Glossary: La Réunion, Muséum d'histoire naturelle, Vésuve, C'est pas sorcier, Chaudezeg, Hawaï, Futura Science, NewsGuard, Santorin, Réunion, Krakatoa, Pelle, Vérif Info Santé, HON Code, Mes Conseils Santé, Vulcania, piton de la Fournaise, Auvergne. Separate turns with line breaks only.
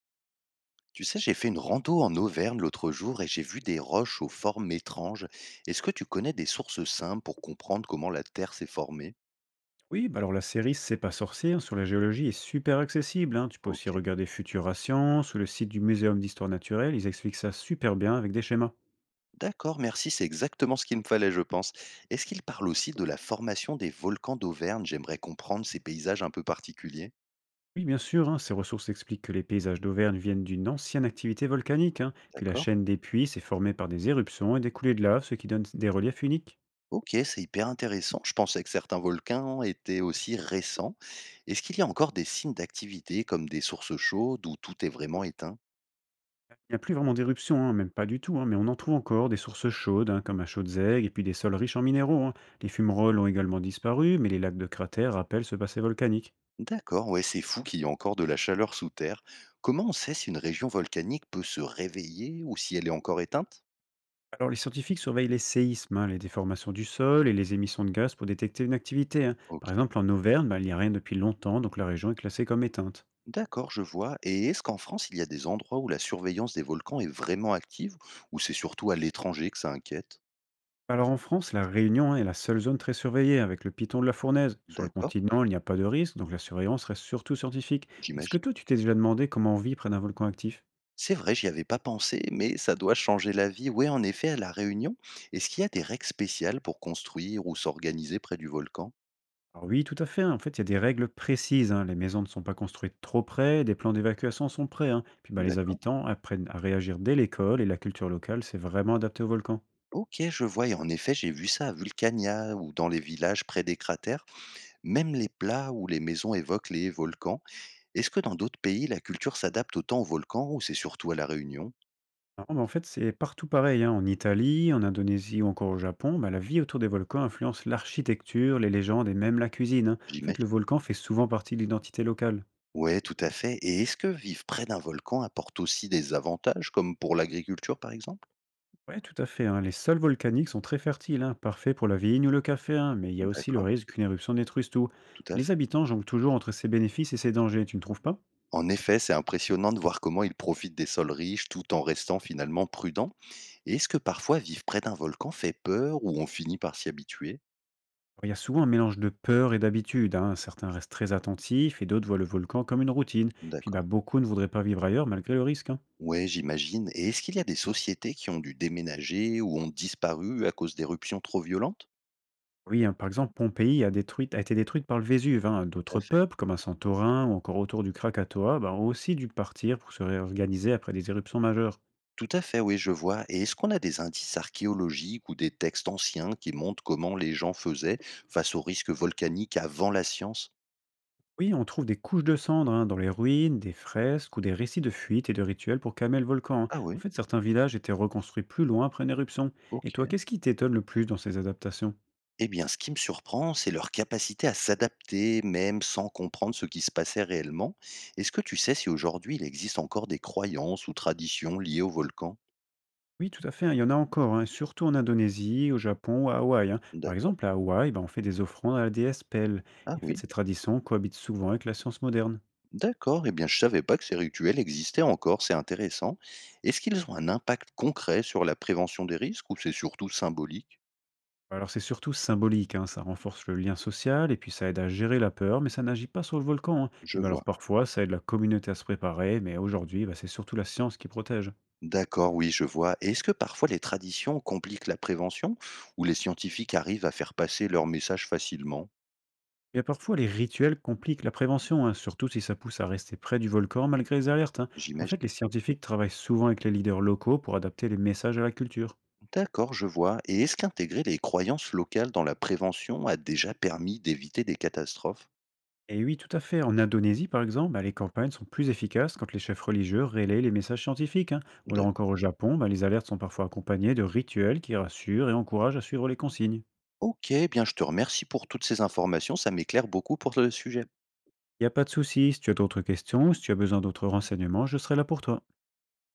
Tu sais, j'ai fait une rando en Auvergne l'autre jour et j'ai vu des roches aux formes étranges. Est-ce que tu connais des sources simples pour comprendre comment la Terre s'est formée?
Oui, bah alors la série C'est pas sorcier hein, sur la géologie est super accessible. Hein. Tu peux
Ok.
aussi regarder Futura Science ou le site du Muséum d'histoire naturelle. Ils expliquent ça super bien avec des schémas.
D'accord, merci, c'est exactement ce qu'il me fallait, je pense. Est-ce qu'il parle aussi de la formation des volcans d'Auvergne? J'aimerais comprendre ces paysages un peu particuliers.
Oui, bien sûr, hein, ces ressources expliquent que les paysages d'Auvergne viennent d'une ancienne activité volcanique. Hein. Puis la
D'accord.
chaîne des puits s'est formée par des éruptions et des coulées de lave, ce qui donne des reliefs uniques.
Ok, c'est hyper intéressant. Je pensais que certains volcans étaient aussi récents. Est-ce qu'il y a encore des signes d'activité comme des sources chaudes où tout est vraiment éteint?
Il n'y a plus vraiment d'éruptions, hein, même pas du tout, hein, mais on en trouve encore des sources chaudes, hein, comme à Chaudezeg, et puis des sols riches en minéraux. Hein. Les fumerolles ont également disparu, mais les lacs de cratères rappellent ce passé volcanique.
D'accord, ouais, c'est fou qu'il y ait encore de la chaleur sous terre. Comment on sait si une région volcanique peut se réveiller ou si elle est encore éteinte?
Alors, les scientifiques surveillent les séismes, hein, les déformations du sol et les émissions de gaz pour détecter une activité. Hein.
Ok.
Par exemple, en Auvergne, bah, il n'y a rien depuis longtemps, donc la région est classée comme éteinte.
D'accord, je vois. Et est-ce qu'en France, il y a des endroits où la surveillance des volcans est vraiment active, ou c'est surtout à l'étranger que ça inquiète?
Alors en France, la Réunion hein, est la seule zone très surveillée, avec le piton de la Fournaise. Sur le
D'accord,
continent, il n'y a pas de risque, donc la surveillance reste surtout scientifique. Est-ce que
j'imagine.
toi, tu t'es déjà demandé comment on vit près d'un volcan actif?
C'est vrai, j'y avais pas pensé, mais ça doit changer la vie. Oui, en effet, à La Réunion, est-ce qu'il y a des règles spéciales pour construire ou s'organiser près du volcan?
Alors oui, tout à fait. Hein. En fait, il y a des règles précises. Hein. Les maisons ne sont pas construites trop près, des plans d'évacuation sont prêts. Hein. Puis bah, les
D'accord.
habitants apprennent à réagir dès l'école, et la culture locale s'est vraiment adaptée au volcan.
Ok, je vois. Et en effet, j'ai vu ça à Vulcania ou dans les villages près des cratères. Même les plats ou les maisons évoquent les volcans, est-ce que dans d'autres pays, la culture s'adapte autant aux volcans ou c'est surtout à La Réunion?
Ah mais en fait, c'est partout pareil, hein. En Italie, en Indonésie ou encore au Japon, bah, la vie autour des volcans influence l'architecture, les légendes et même la cuisine. Hein. En fait, le
J'imagine.
volcan fait souvent partie de l'identité locale.
Ouais, tout à fait. Et est-ce que vivre près d'un volcan apporte aussi des avantages, comme pour l'agriculture, par exemple?
Ouais, tout à fait. Hein. Les sols volcaniques sont très fertiles, hein, parfaits pour la vigne ou le café, hein, mais il y a aussi le
D'accord,
risque qu'une éruption détruise tout.
tout à
Les
fait.
habitants jonglent toujours entre ses bénéfices et ses dangers, tu ne trouves pas?
En effet, c'est impressionnant de voir comment ils profitent des sols riches tout en restant finalement prudents. Et est-ce que parfois vivre près d'un volcan fait peur ou on finit par s'y habituer?
Il y a souvent un mélange de peur et d'habitude. Hein. Certains restent très attentifs et d'autres voient le volcan comme une routine. Puis bah,
D'accord.
beaucoup ne voudraient pas vivre ailleurs malgré le risque. Hein.
Ouais, j'imagine. Et est-ce qu'il y a des sociétés qui ont dû déménager ou ont disparu à cause d'éruptions trop violentes?
Oui, hein, par exemple, Pompéi a été détruite par le Vésuve. Hein.
Tout à
D'autres
fait.
peuples, comme un Santorin ou encore autour du Krakatoa, ben, ont aussi dû partir pour se réorganiser après des éruptions majeures.
Tout à fait, oui, je vois. Et est-ce qu'on a des indices archéologiques ou des textes anciens qui montrent comment les gens faisaient face aux risques volcaniques avant la science?
Oui, on trouve des couches de cendres hein, dans les ruines, des fresques ou des récits de fuites et de rituels pour calmer le volcan. Hein.
Ah
En
oui,
fait, certains villages étaient reconstruits plus loin après une éruption.
ok.
Et toi, qu'est-ce qui t'étonne le plus dans ces adaptations?
Eh bien, ce qui me surprend, c'est leur capacité à s'adapter, même sans comprendre ce qui se passait réellement. Est-ce que tu sais si aujourd'hui il existe encore des croyances ou traditions liées au volcan?
Oui, tout à fait, hein, il y en a encore, hein, surtout en Indonésie, au Japon ou à Hawaï. Hein. Par
D'accord.
exemple, à Hawaï, ben, on fait des offrandes à la déesse Pelle.
Ah
Et en fait,
oui.
ces traditions cohabitent souvent avec la science moderne.
D'accord, eh bien je savais pas que ces rituels existaient encore, c'est intéressant. Est-ce qu'ils ont un impact concret sur la prévention des risques ou c'est surtout symbolique?
Alors c'est surtout symbolique, hein, ça renforce le lien social et puis ça aide à gérer la peur, mais ça n'agit pas sur le volcan. Hein.
Je
Puis bah,
vois.
alors parfois ça aide la communauté à se préparer, mais aujourd'hui bah, c'est surtout la science qui protège.
D'accord, oui, je vois. Et est-ce que parfois les traditions compliquent la prévention ou les scientifiques arrivent à faire passer leur message facilement?
Et parfois les rituels compliquent la prévention, hein, surtout si ça pousse à rester près du volcan malgré les alertes. Hein. En fait
J'imagine.
les scientifiques travaillent souvent avec les leaders locaux pour adapter les messages à la culture.
D'accord, je vois. Et est-ce qu'intégrer les croyances locales dans la prévention a déjà permis d'éviter des catastrophes?
Et oui, tout à fait. En Indonésie, par exemple, bah, les campagnes sont plus efficaces quand les chefs religieux relayent les messages scientifiques. Hein. Ou alors
D'accord.
encore au Japon, bah, les alertes sont parfois accompagnées de rituels qui rassurent et encouragent à suivre les consignes.
Ok, eh bien je te remercie pour toutes ces informations, ça m'éclaire beaucoup pour le sujet.
Il n'y a pas de souci, si tu as d'autres questions ou si tu as besoin d'autres renseignements, je serai là pour toi.